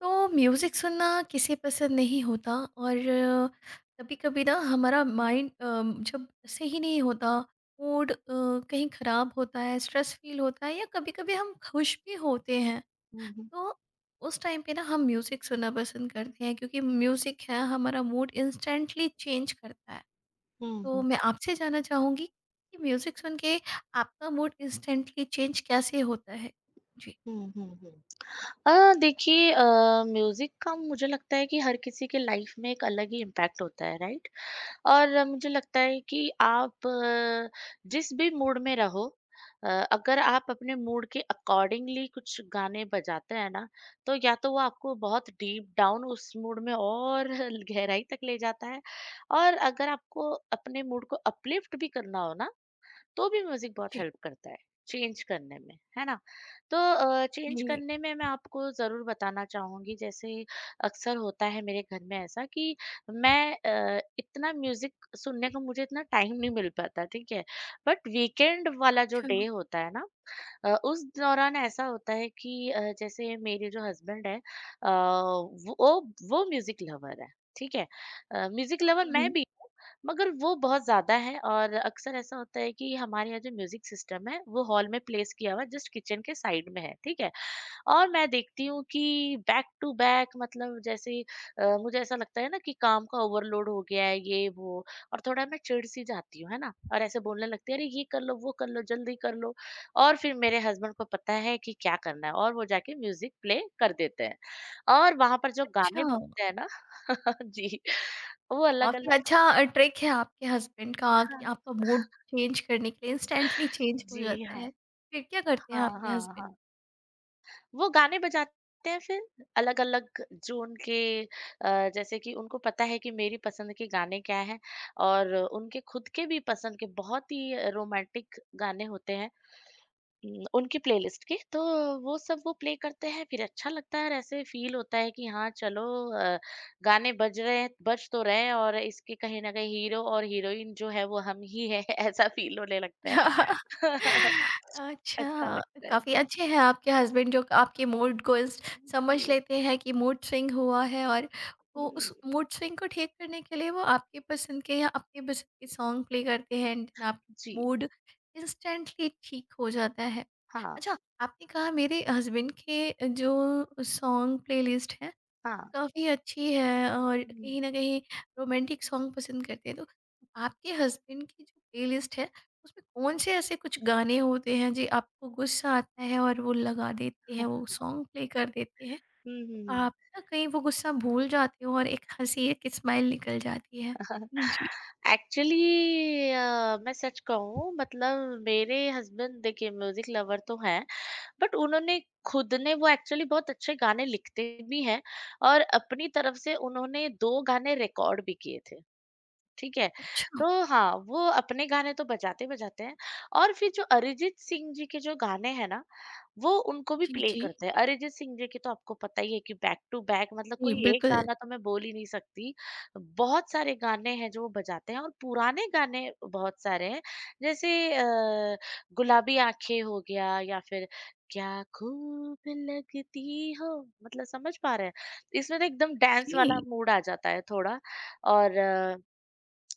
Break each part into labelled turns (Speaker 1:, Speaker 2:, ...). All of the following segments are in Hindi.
Speaker 1: तो म्यूज़िक सुनना किसे पसंद नहीं होता। और कभी कभी ना हमारा माइंड जब सही नहीं होता, मूड कहीं ख़राब होता है, स्ट्रेस फील होता है, या कभी कभी हम खुश भी होते हैं।
Speaker 2: हुँ, हुँ।
Speaker 1: तो उस टाइम पे ना हम म्यूज़िक सुनना पसंद करते हैं, क्योंकि म्यूज़िक है हमारा मूड इंस्टेंटली चेंज करता है।
Speaker 2: हुँ,
Speaker 1: तो
Speaker 2: हुँ।
Speaker 1: मैं आपसे जानना चाहूँगी कि म्यूज़िक सुन के आपका मूड इंस्टेंटली चेंज कैसे होता है। जी।
Speaker 2: हुँ, हुँ, हुँ। देखिए म्यूज़िक का मुझे लगता है कि हर किसी के लाइफ में एक अलग ही इम्पैक्ट होता है, राइट? और मुझे लगता है कि आप जिस भी मूड में रहो अगर आप अपने मूड के अकॉर्डिंगली कुछ गाने बजाते हैं ना, तो या तो वो आपको बहुत डीप डाउन उस मूड में और गहराई तक ले जाता है। और अगर आपको अपने मूड को अपलिफ्ट भी करना हो ना, तो भी म्यूजिक बहुत
Speaker 1: जी।
Speaker 2: हेल्प करता है चेंज करने में, है ना? तो चेंज
Speaker 1: जी।
Speaker 2: करने में मैं आपको जरूर बताना चाहूंगी। जैसे अक्सर होता है मेरे घर में ऐसा कि मैं इतना म्यूजिक सुनने को मुझे इतना टाइम नहीं मिल पाता, ठीक है। बट वीकेंड वाला जो
Speaker 1: अच्छा।
Speaker 2: डे होता है ना, उस दौरान ऐसा होता है कि जैसे मेरे जो हस्बैंड है वो वो म्यूजिक लवर है, ठीक है। म्यूजिक लवर मैं
Speaker 1: हम्म।
Speaker 2: भी हूँ, मगर वो बहुत ज़्यादा है। और अक्सर ऐसा होता है कि हमारे यहाँ जो म्यूज़िक सिस्टम है वो हॉल में प्लेस किया हुआ है, जस्ट किचन के साइड में है, ठीक है? और मैं देखती हूँ कि बैक टू बैक मतलब जैसे मुझे ऐसा लगता है ना कि काम का ओवरलोड हो गया है, ये वो। और थोड़ा मैं चिढ़-सी जाती हूँ, है ना? और ऐसे बोलने लगती है, अरे ये कर लो, वो कर लो, जल्दी कर लो। और फिर मेरे हस्बैंड को पता है कि क्या करना है और वो जाके म्यूज़िक प्ले कर देते हैं। और वहाँ पर जो गाने
Speaker 1: अच्छा।
Speaker 2: बजते हैं ना जी, वो
Speaker 1: काफ़ी
Speaker 2: अलग-अलग
Speaker 1: अच्छा ट्रिक है आपके हस्बैंड का, कि
Speaker 2: हाँ।
Speaker 1: आपका मूड चेंज करने के लिए इंस्टेंटली चेंज हो
Speaker 2: जी,
Speaker 1: जाता है।
Speaker 2: हाँ।
Speaker 1: फिर क्या करते हैं
Speaker 2: हाँ,
Speaker 1: आपके
Speaker 2: हाँ,
Speaker 1: हस्बैंड?
Speaker 2: हाँ। वो गाने बजाते हैं फिर, अलग-अलग ज़ोन के, जैसे कि उनको पता है कि मेरी पसंद के गाने क्या हैं और उनके खुद के भी पसंद के बहुत ही रोमांटिक गाने होते हैं उनकी प्लेलिस्ट के। तो वो सब वो प्ले करते हैं, फिर अच्छा लगता है और ऐसे फ़ील होता है कि हाँ, चलो, अ, गाने बज रहे हैं, बज तो रहे हैं, और इसके कहीं न कहीं हीरो और हीरोइन जो है वो हम ही हैं ऐसा फ़ील होने लगता है। अच्छा
Speaker 1: अच्छा।
Speaker 2: लगता है।
Speaker 1: काफ़ी अच्छे हैं आपके हस्बैंड, जो आपके मूड को स समझ
Speaker 2: जी।
Speaker 1: लेते हैं कि मूड स्विंग हुआ है, और वो उस
Speaker 2: हुँ,
Speaker 1: मूड स्विंग को ठीक करने के लिए वो आपकी पसंद के या आपकी पसंद के सॉन्ग प्ले करते हैं, एंड आप
Speaker 2: जी।
Speaker 1: मूड इंस्टेंटली ठीक हो जाता है।
Speaker 2: हाँ,
Speaker 1: अच्छा, आपने कहा मेरे हस्बैंड के जो सॉन्ग प्लेलिस्ट है,
Speaker 2: हाँ।
Speaker 1: वो काफ़ी अच्छी है, और
Speaker 2: हुँ,
Speaker 1: कहीं न कहीं रोमांटिक सॉन्ग पसंद करते हैं। तो आपके हस्बैंड की जो प्लेलिस्ट है, उसमें कौन-से ऐसे कुछ गाने होते हैं जी आपको गुस्सा आता है और वो लगा देते हैं, वो सॉन्ग प्ले कर देते हैं?
Speaker 2: हुँ, हुँ,
Speaker 1: तो
Speaker 2: हुँ।
Speaker 1: आप ना कहीं वो गुस्सा भूल जाते हो और एक हँसी, एक स्माइल निकल जाती है? जी।
Speaker 2: एक्चुअली मैं सच कहूँ, मतलब मेरे हस्बैंड देखिए म्यूज़िक लवर तो हैं, बट उन्होंने खुद ने वो एक्चुअली बहुत अच्छे गाने लिखते भी हैं और अपनी तरफ से उन्होंने 2 गाने रिकॉर्ड भी किए थे। ठीक है।
Speaker 1: अच्छा।
Speaker 2: तो हाँ, वो अपने गाने तो बजाते-बजाते हैं, और फिर जो अरिजीत सिंह जी के जो गाने हैं ना, वो उनको भी
Speaker 1: जी,
Speaker 2: प्ले
Speaker 1: जी।
Speaker 2: करते हैं। अरिजीत सिंह जी की तो आपको पता ही है कि बैक टू बैक, मतलब
Speaker 1: जी,
Speaker 2: कोई एक
Speaker 1: बिल्कुल।
Speaker 2: गाना तो मैं बोल ही नहीं सकती। बहुत सारे गाने हैं जो वो बजाते हैं और पुराने गाने बहुत सारे हैं। जैसे गुलाबी आँखें हो गया, या फिर क्या खूब लगती हो, मतलब समझ पा रहे हैं? इसमें तो एकदम डांस वाला
Speaker 1: जी।
Speaker 2: मूड आ जाता है थोड़ा। और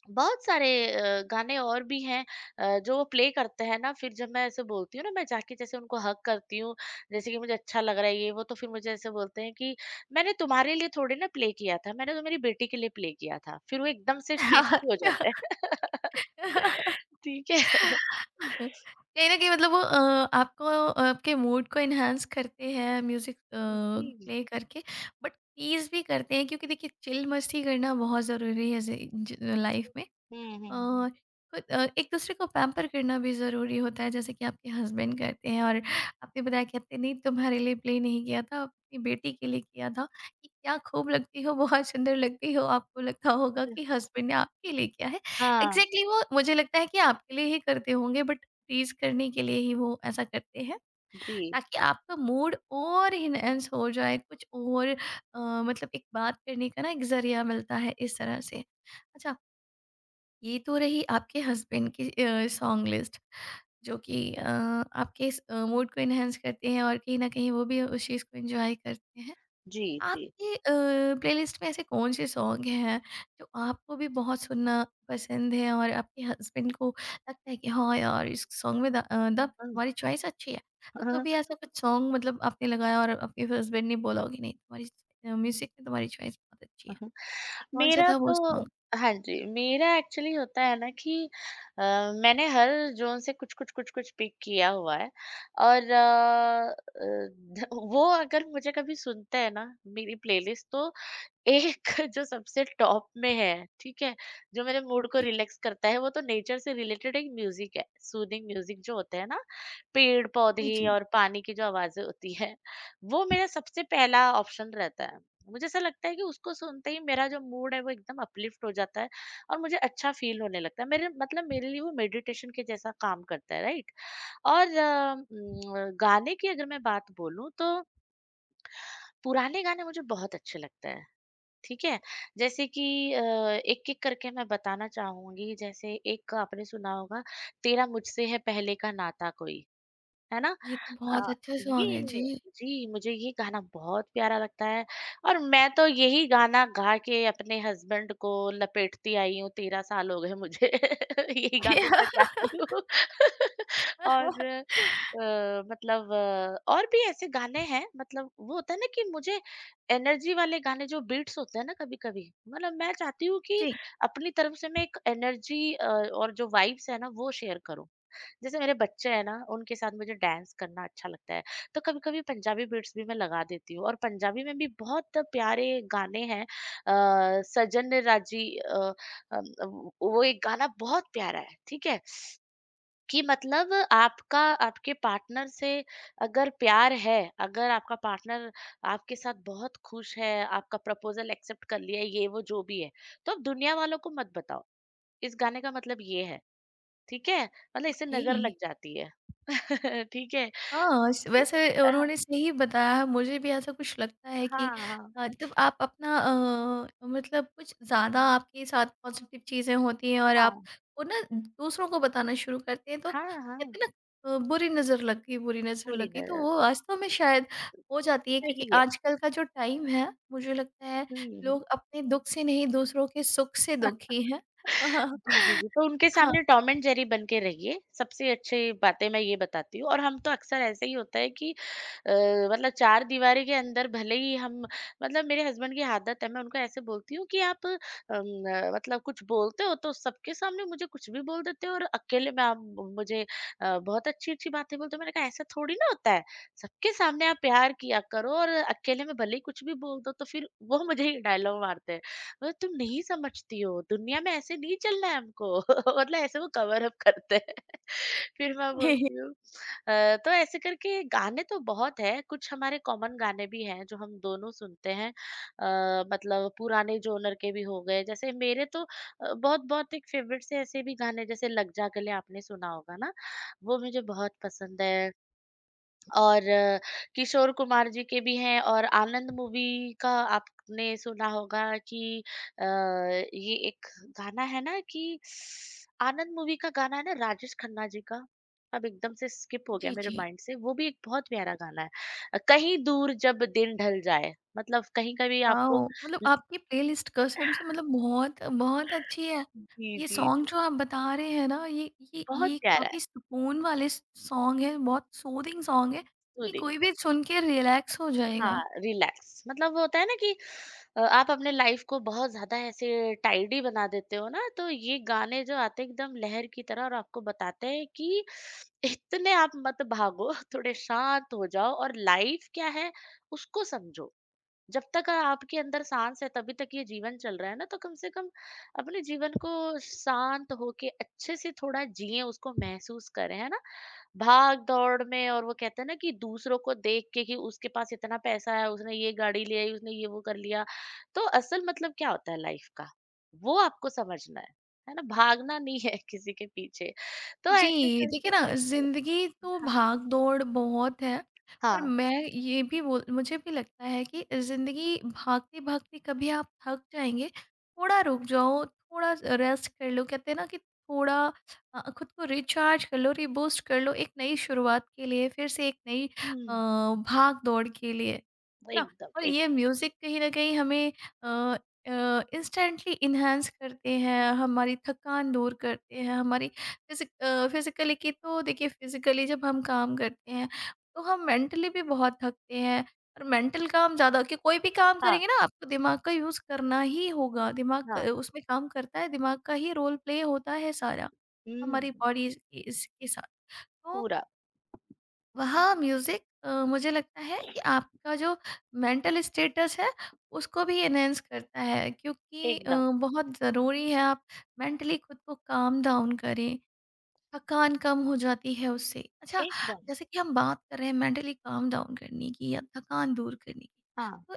Speaker 2: बहुत सारे गाने और भी हैं जो वो प्ले करते हैं ना, फिर जब मैं ऐसे बोलती हूँ ना, मैं जाके जैसे उनको हक करती हूँ, जैसे कि मुझे अच्छा लग रहा है ये वो, तो फिर मुझे ऐसे बोलते हैं कि मैंने तुम्हारे लिए थोड़े ना प्ले किया था, मैंने तो मेरी बेटी के लिए प्ले किया था। फिर वो एकदम से स्वीट भी हो जाता है।
Speaker 1: अच्छा।
Speaker 2: ठीक है।
Speaker 1: कहीं न कहीं मतलब वो आपको आपके मूड को एनहांस करते हैं म्यूज़िक
Speaker 2: जी।
Speaker 1: प्ले करके, बट टीज़ भी करते हैं, क्योंकि देखिए चिल मस्ती करना बहुत ज़रूरी है ज़ि ज लाइफ़ में।
Speaker 2: हम्म, हम्म,
Speaker 1: अ, खुद एक दूसरे को पैम्पर करना भी ज़रूरी होता है जैसे कि आपके हस्बैंड करते हैं। और आपने बताया कहते नहीं तुम्हारे लिए प्ले नहीं किया था, अपनी बेटी के लिए किया था, कि क्या खूब लगती हो, बहुत सुंदर लगती हो, आपको लगता होगा कि हस्बैंड ने आपके लिए किया है।
Speaker 2: हाँ
Speaker 1: एग्जैक्टली, exactly, वो मुझे लगता है कि आपके लिए ही करते होंगे, बट प्लीज करने के लिए ही वो ऐसा करते हैं,
Speaker 2: जी,
Speaker 1: ताकि आपका मूड और इनहेंस हो जाए कुछ और। मतलब एक बात करने का ना एक जरिया मिलता है इस तरह से। अच्छा, ये तो रही आपके हस्बैंड की सॉन्ग लिस्ट जो कि आपके मूड को एनहांस करते हैं, और कहीं न कहीं वो भी उस चीज़ को एन्जॉय करते हैं।
Speaker 2: जी, जी,
Speaker 1: आपके प्लेलिस्ट में ऐसे कौन-से सॉन्ग हैं जो आपको भी बहुत सुनना पसंद है, और आपके हस्बैंड को लगता है कि हाँ यार, इस सॉन्ग में दम तुम्हारी चॉइस अच्छी है। तो कभी ऐसा कुछ सॉन्ग मतलब आपने लगाया और आपके हस्बैंड ने बोला हो कि नहीं तुम्हारी म्यूज़िक में तुम्हारी चॉइस बहुत अच्छी है।
Speaker 2: हाँ।
Speaker 1: तो कौन-सा
Speaker 2: मेरा
Speaker 1: था वो
Speaker 2: तो
Speaker 1: सॉन्ग?
Speaker 2: हाँ जी, मेरा एक्चुअली होता है ना कि अ, मैंने हर ज़ोन से कुछ-कुछ, कुछ-कुछ पिक किया हुआ है। और अ अ, ध वो अगर मुझे कभी सुनते हैं ना, मेरी प्लेलिस्ट, तो एक जो सबसे टॉप में है, ठीक है? जो मेरे मूड को
Speaker 1: जी।
Speaker 2: रिलैक्स करता है, वो तो नेचर से रिलेटेड एक म्यूज़िक है। सूदिंग म्यूज़िक जो होते हैं ना,
Speaker 1: जी,
Speaker 2: पेड़-पौधे
Speaker 1: जी।
Speaker 2: और पानी की जो आवाज़ें होती हैं, वो मेरा सबसे पहला ऑप्शन रहता है। मुझे ऐसा लगता है कि उसको सुनते ही मेरा जो मूड है, वो एकदम अपलिफ्ट हो जाता है और मुझे अच्छा फ़ील होने लगता है। मेरे मतलब, मेरे लिए वो मेडिटेशन के जैसा काम करता है, राइट? और गाने की अगर मैं बात बोलूँ, तो पुराने गाने मुझे बहुत अच्छे लगते हैं। ठीक है? जैसे कि अ, एक-एक करके मैं बताना चाहूँगी, जैसे एक आपने सुना होगा, तेरा मुझसे है पहले का नाता कोई। है ना?
Speaker 1: ये तो बहुत
Speaker 2: अ,
Speaker 1: अच्छा
Speaker 2: ये
Speaker 1: सॉन्ग है। जी।
Speaker 2: जी, मुझे ये गाना बहुत प्यारा लगता है, और मैं तो यही गाना गा के अपने हस्बैंड को लपेटती आई हूँ। 13 साल हो गए मुझे यही गाने बजाती हूँ। और मतलब और भी ऐसे गाने हैं, मतलब वो होता है ना कि मुझे एनर्जी वाले गाने जो बीट्स होते हैं ना कभी-कभी, मतलब मैं चाहती हूँ कि
Speaker 1: जी।
Speaker 2: अपनी तरफ से मैं एक एनर्जी और जो वाइब्स है ना, वो शेयर करूँ। जैसे मेरे बच्चे हैं ना उनके साथ मुझे डांस करना अच्छा लगता है, तो कभी कभी पंजाबी बीट्स भी मैं लगा देती हूँ, और पंजाबी में भी बहुत प्यारे गाने हैं। सजन राजी वो एक गाना बहुत प्यारा है, ठीक है, कि मतलब आपका आपके पार्टनर से अगर प्यार है, अगर आपका पार्टनर आपके साथ बहुत खुश है, आपका प्रपोजल एक्सेप्ट कर लिया है, ये वो जो भी है, तो आप दुनिया वालों को मत बताओ, इस गाने का मतलब ये है, ठीक है? मतलब इससे
Speaker 1: ओके।
Speaker 2: नजर लग जाती है। ठीक है?
Speaker 1: हाँ, स वैसे
Speaker 2: अ,
Speaker 1: उन्होंने सही बताया, है, मुझे भी ऐसा कुछ लगता है
Speaker 2: हाँ,
Speaker 1: कि
Speaker 2: हाँ,
Speaker 1: जब आप अपना मतलब कुछ ज़्यादा आपके साथ पॉज़िटिव चीज़ें होती हैं और आप
Speaker 2: हाँ,
Speaker 1: वो ना दूसरों को बताना शुरू करते हैं, तो
Speaker 2: हाँ, हाँ, हाँ,
Speaker 1: कहते हैं ना बुरी नज़र लग गई, बुरी नज़र
Speaker 2: बुरी
Speaker 1: लग गई, तो
Speaker 2: नज़र,
Speaker 1: वो वास्तव में शायद हो जाती है, क्योंकि
Speaker 2: सही है।
Speaker 1: आजकल का जो टाइम है, मुझे लगता है
Speaker 2: हुँ, हुँ।
Speaker 1: लोग अपने दुःख से नहीं, दूसरों के सुख से दुखी हैं।
Speaker 2: जी, जी, जी। तो उनके
Speaker 1: हाँ।
Speaker 2: सामने टॉम एंड जेरी बन के रहिए, सबसे अच्छी बातें मैं ये बताती हूँ। और हम तो अक्सर ऐसे ही होता है कि अ, मतलब चारदीवारी के अंदर भले ही हम, मतलब मेरे हस्बैंड की आदत है, मैं उनको ऐसे बोलती हूँ कि आप मतलब कुछ बोलते हो तो सबके सामने मुझे कुछ भी बोल देते हो, और अकेले में आप मुझे बहुत अच्छी-अच्छी बातें बोलते हो। मैंने कहा ऐसा थोड़ी ना होता है, सबके सामने आप प्यार किया करो और अकेले में भले ही कुछ भी बोल दो। तो फिर वो मुझे ही डायलॉग मारते हैं, मतलब तुम नहीं समझती हो, दुनिया में ऐसे नहीं चलना है हमको। मतलब ऐसे वो कवर अप करते हैं। फिर मैं बोलती हूँ, " तो ऐसे करके गाने तो बहुत है। कुछ हमारे कॉमन गाने भी हैं जो हम दोनों सुनते हैं, मतलब पुराने जोनर के भी हो गए, जैसे मेरे तो बहुत बहुत एक फेवरेट से ऐसे भी गाने, जैसे लग जा गले आपने सुना होगा ना, वो मुझे बहुत पसंद है। और किशोर कुमार जी के भी हैं, और आनंद मूवी का आपने सुना होगा कि ये एक गाना है ना, कि आनंद मूवी का गाना है ना, राजेश खन्ना जी का, अब एकदम से स्किप हो गया
Speaker 1: जी,
Speaker 2: मेरे
Speaker 1: जी।
Speaker 2: माइंड से, वो भी एक बहुत प्यारा गाना है। कहीं दूर जब दिन ढल जाए, मतलब कहीं कभी
Speaker 1: वाओ!
Speaker 2: आपको
Speaker 1: मतलब
Speaker 2: ल-
Speaker 1: आपकी प्लेलिस्ट कसम से मतलब बहुत बहुत अच्छी है।
Speaker 2: जी,
Speaker 1: ये
Speaker 2: जी।
Speaker 1: सॉन्ग जो आप बता रहे हैं ना, ये ये
Speaker 2: बहुत
Speaker 1: ये
Speaker 2: प्यारा है।
Speaker 1: काफ़ी सुकून वाले स सॉन्ग हैं, बहुत सूदिंग सॉन्ग है, कि
Speaker 2: सूदिंग
Speaker 1: कोई भी सुन के रिलैक्स हो जाएगा।
Speaker 2: हाँ, रिलैक्स, मतलब होता है ना कि आप अपने लाइफ को बहुत ज़्यादा ऐसे टाइडी बना देते हो ना, तो ये गाने जो आते हैं एकदम लहर की तरह, और आपको बताते हैं कि इतने आप मत भागो, थोड़े शांत हो जाओ, और लाइफ क्या है, उसको समझो। जब तक आपके अंदर साँस है तभी तक ये जीवन चल रहा है ना, तो कम से कम अपने जीवन को शांत होके अच्छे से थोड़ा जिएँ, उसको महसूस करें, है ना? भाग-दौड़ में, और वो कहते हैं ना कि दूसरों को देख के कि उसके पास इतना पैसा है, उसने ये गाड़ी ले आई, उसने ये वो कर लिया। तो असल मतलब क्या होता है लाइफ का? वो आपको समझना है ना? भागना नहीं है किसी के पीछे। तो ऐसे
Speaker 1: जी, देखिए
Speaker 2: करके
Speaker 1: ना ज़िंदगी तो
Speaker 2: हाँ,
Speaker 1: भाग-दौड़ बहुत है, पर
Speaker 2: हाँ,
Speaker 1: मैं ये भी बोल मुझे भी लगता है कि ज़िंदगी भागते-भागते कभी आप थक जाएँगे, थोड़ा रुक जाओ, थोड़ा रेस्ट कर लो। कहते हैं ना कि थोड़ा खुद को रिचार्ज कर लो, रीबूस्ट कर लो एक नई शुरुआत के लिए, फिर से एक नई अ,
Speaker 2: हुँ,
Speaker 1: भाग-दौड़ के लिए, है ना?
Speaker 2: एकदम,
Speaker 1: और
Speaker 2: एक
Speaker 1: ये म्यूज़िक कहीं न कहीं हमें अ इंस्टेंटली एनहांस करते हैं, हमारी थकान दूर करते हैं, हमारी फिजिक फिजिकली की तो देखिए फिजिकली जब हम काम करते हैं तो हम मेंटली भी बहुत थकते हैं, और मेंटल काम ज़्यादा कि कोई भी काम
Speaker 2: हाँ,
Speaker 1: करेंगे ना आपको दिमाग का यूज़ करना ही होगा,
Speaker 2: हाँ,
Speaker 1: उसमें काम करता है दिमाग का ही, रोल प्ले होता है सारा हमारी
Speaker 2: हुँ,
Speaker 1: बॉडी इसके साथ। तो
Speaker 2: पूरा,
Speaker 1: वह म्यूज़िक मुझे लगता है कि आपका जो मेंटल स्टेटस है उसको भी एनहेंस करता है, क्योंकि
Speaker 2: एकदम,
Speaker 1: बहुत ज़रूरी है आप मेंटली खुद को काम डाउन करें, थकान कम हो जाती है उससे। अच्छा,
Speaker 2: एकदम।
Speaker 1: जैसे कि हम बात कर रहे हैं मेंटली काम डाउन करने की या थकान दूर करने की,
Speaker 2: हाँ,
Speaker 1: तो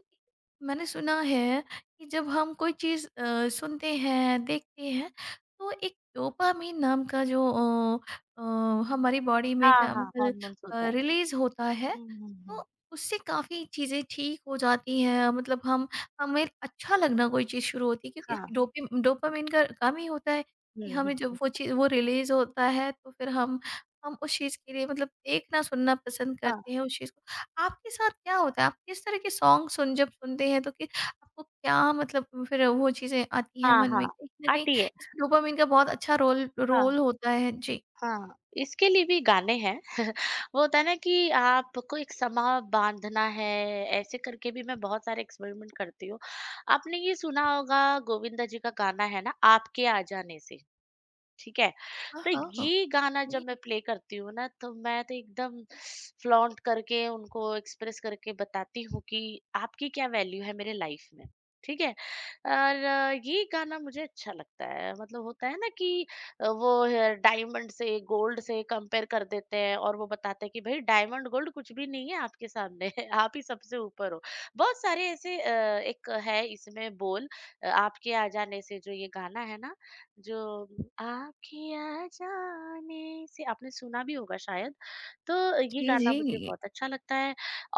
Speaker 1: मैंने सुना है कि जब हम कोई चीज़ सुनते हैं, देखते हैं, तो एक डोपामाइन नाम का जो अ, हमारी बॉडी में
Speaker 2: हाँ, हाँ,
Speaker 1: केमिकल
Speaker 2: हॉर्मोन्स होता है।
Speaker 1: रिलीज़ होता है,
Speaker 2: हुँ, हुँ, हुँ,
Speaker 1: तो उससे काफ़ी चीज़ें ठीक हो जाती हैं। मतलब हम हमें अच्छा लगना कोई चीज़ शुरू होती है,
Speaker 2: हाँ,
Speaker 1: क्योंकि डोपिम डोपामाइन का काम ही होता है कि
Speaker 2: हुँ, हुँ,
Speaker 1: हमें जब
Speaker 2: हुँ,
Speaker 1: वो चीज़ वो रिलीज़ होता है तो फिर हम उस चीज़ के लिए मतलब देखना सुनना पसंद
Speaker 2: हाँ,
Speaker 1: करते हैं उस चीज़ को। आपके साथ क्या होता है? आप किस तरह के सॉन्ग सुन जब सुनते हैं तो कि आपको क्या मतलब फिर वो चीज़ें आती हैं
Speaker 2: हाँ,
Speaker 1: मन में?
Speaker 2: हाँ,
Speaker 1: कहीं न कहीं
Speaker 2: आती है,
Speaker 1: इसमें डोपामाइन का बहुत अच्छा रोल
Speaker 2: हाँ।
Speaker 1: रोल होता है। जी।
Speaker 2: हाँ, इसके लिए भी गाने हैं। वो होता है ना कि आपको एक समां बाँधना है, ऐसे करके भी मैं बहुत सारे एक्सपेरिमेंट करती हूँ। आपने ये सुना होगा, गोविंदा जी का गाना है ना, आपके आ जाने से। ठीक है?
Speaker 1: हाँ,
Speaker 2: तो
Speaker 1: हाँ।
Speaker 2: ये गाना
Speaker 1: जी,
Speaker 2: जब मैं प्ले करती हूँ ना, तो मैं तो एकदम फ्लॉन्ट करके उनको एक्सप्रेस करके बताती हूँ कि आपकी क्या वैल्यू है मेरे लाइफ में। ठीक है? और ये गाना मुझे अच्छा लगता है, मतलब होता है ना कि वो है डायमंड से, गोल्ड से कंपेयर कर देते हैं, और वो बताते हैं कि भई डायमंड, गोल्ड कुछ भी नहीं है आपके सामने, आप ही सबसे ऊपर हो। बहुत सारे ऐसे एक है इसमें बोल आपके आ जाने से, जो ये गाना है ना, जो आँखियाँ जाने से आपने सुना भी होगा शायद, तो ये
Speaker 1: जी,
Speaker 2: गाना मुझे
Speaker 1: जी।
Speaker 2: बहुत अच्छा लगता है।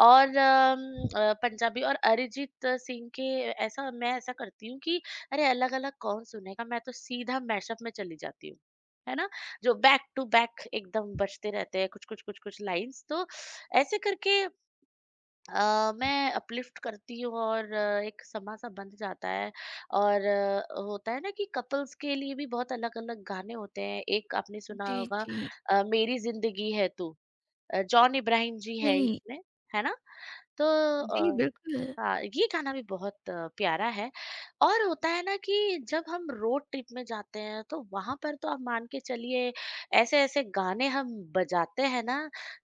Speaker 2: और पंजाबी और अरिजीत सिंह के, ऐसा मैं ऐसा करती हूँ कि अरे अलग-अलग कौन सुनेगा, मैं तो सीधा मैशअप में चली जाती हूँ, है ना? जो बैक टू बैक एकदम बजते रहते हैं कुछ-कुछ, कुछ-कुछ लाइन्स, तो ऐसे करके मैं अपलिफ्ट करती हूँ और एक समा-सा बंध जाता है। और होता है ना कि कपल्स के लिए भी बहुत अलग-अलग गाने होते हैं। एक आपने सुना
Speaker 1: जी,
Speaker 2: होगा,
Speaker 1: जी।
Speaker 2: मेरी ज़िंदगी है तू, जॉन इब्राहिम जी है
Speaker 1: जी।
Speaker 2: इसमें, है ना? तो
Speaker 1: जी,
Speaker 2: अ
Speaker 1: बिल्कुल।
Speaker 2: हाँ, ये गाना भी बहुत प्यारा है। और होता है ना कि जब हम रोड ट्रिप में जाते हैं तो वहां पर तो आप मान के चलिए, ऐसे ऐसे गाने हम बजाते हैं ना,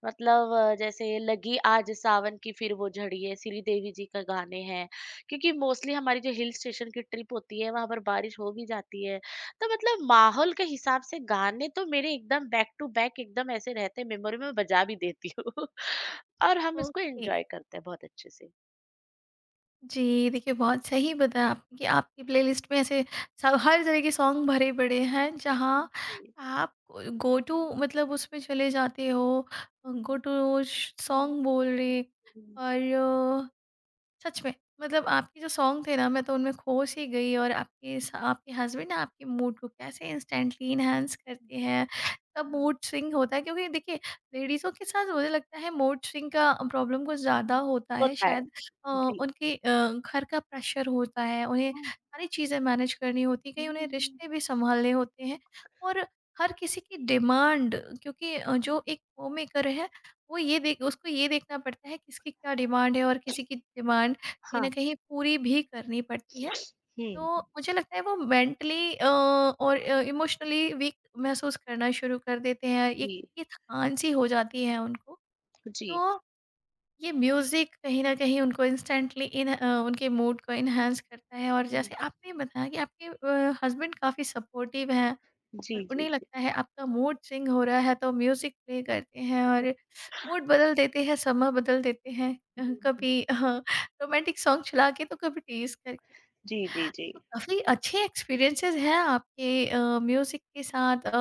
Speaker 2: मतलब जैसे लगी आज सावन की फिर वो झड़ी है, श्री देवी जी का गाने हैं, क्योंकि मोस्टली हमारी जो हिल स्टेशन की ट्रिप होती है वहां पर बारिश हो भी जाती है, तो मतलब माहौल के हिसाब से गाने तो मेरे एकदम बैक टू बैक एकदम ऐसे रहते मेमोरी में, बजा भी देती हूँ। और हम इसको
Speaker 1: ओके।
Speaker 2: एंजॉय करते हैं बहुत अच्छे से।
Speaker 1: जी, देखिए बहुत सही बताया आपने कि आपकी प्लेलिस्ट में ऐसे सब हर तरह के सॉन्ग भरे पड़े हैं, जहाँ
Speaker 2: जी।
Speaker 1: आप गो टू मतलब उसमें चले जाते हो, गो टू
Speaker 2: हुँ,
Speaker 1: सॉन्ग बोल
Speaker 2: हुँ,
Speaker 1: रहे।
Speaker 2: हुँ,
Speaker 1: और सच में मतलब आपके जो सॉन्ग थे ना मैं तो उनमें खो सी गई, और आपके हस्बैंड ना आपके मूड को कैसे इंस्टेंटली
Speaker 2: हुँ,
Speaker 1: इनहेंस
Speaker 2: हुँ,
Speaker 1: करते हैं, तब
Speaker 2: हुँ।
Speaker 1: मूड स्विंग होता है, क्योंकि देखिए लेडीज़ों के साथ मुझे लगता है मूड स्विंग का प्रॉब्लम कुछ ज़्यादा होता है
Speaker 2: होता है।
Speaker 1: शायद। अ,
Speaker 2: जी।
Speaker 1: उनके घर का प्रेशर होता है, उन्हें
Speaker 2: हुँ,
Speaker 1: सारी चीज़ें मैनेज करनी होती है,
Speaker 2: हुँ,
Speaker 1: कहीं उन्हें
Speaker 2: हुँ।
Speaker 1: रिश्ते भी संभालने होते हैं, और हर किसी की डिमांड, क्योंकि जो एक होम मेकर है वो ये देख उसको ये देखना पड़ता है किसकी क्या डिमांड है, और किसी की डिमांड कहीं न
Speaker 2: हाँ।
Speaker 1: कहीं पूरी भी करनी पड़ती है। तो
Speaker 2: हुँ।
Speaker 1: मुझे लगता है वो मेंटली और इमोशनली वीक महसूस करना शुरू कर देते हैं। एक
Speaker 2: जी,
Speaker 1: ये थकान-सी हो जाती है उनको।
Speaker 2: जी।
Speaker 1: तो ये म्यूज़िक कहीं न कहीं उनको इंस्टेंटली उनके मूड को एनहांस करता है, और
Speaker 2: हुँ।
Speaker 1: जैसे आपने बताया कि आपके हस्बैंड काफ़ी सपोर्टिव हैं, और
Speaker 2: जी, जी,
Speaker 1: उन्हें
Speaker 2: जी।
Speaker 1: लगता है आपका मूड स्विंग हो रहा है तो म्यूज़िक प्ले करते हैं और मूड बदल देते हैं, समय बदल देते हैं।
Speaker 2: हुँ, हुँ।
Speaker 1: कभी रोमांटिक सॉन्ग चला के, तो कभी टीज़ करके।
Speaker 2: जी, जी, जी।
Speaker 1: तो काफ़ी अच्छे एक्सपीरियंसेस हैं आपके म्यूज़िक के साथ।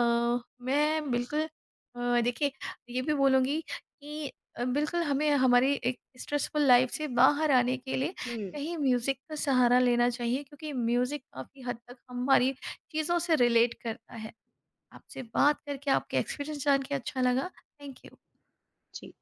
Speaker 1: मैं बिल्कुल देखिए ये भी बोलूँगी कि बिल्कुल हमें हमारी एक स्ट्रेसफुल लाइफ़ से बाहर आने के लिए
Speaker 2: हुँ,
Speaker 1: कहीं म्यूज़िक का सहारा लेना चाहिए, क्योंकि म्यूज़िक काफ़ी हद तक हमारी चीज़ों से रिलेट करता है। आपसे बात करके आपके एक्सपीरियंस जान के अच्छा लगा। Thank you.
Speaker 2: जी।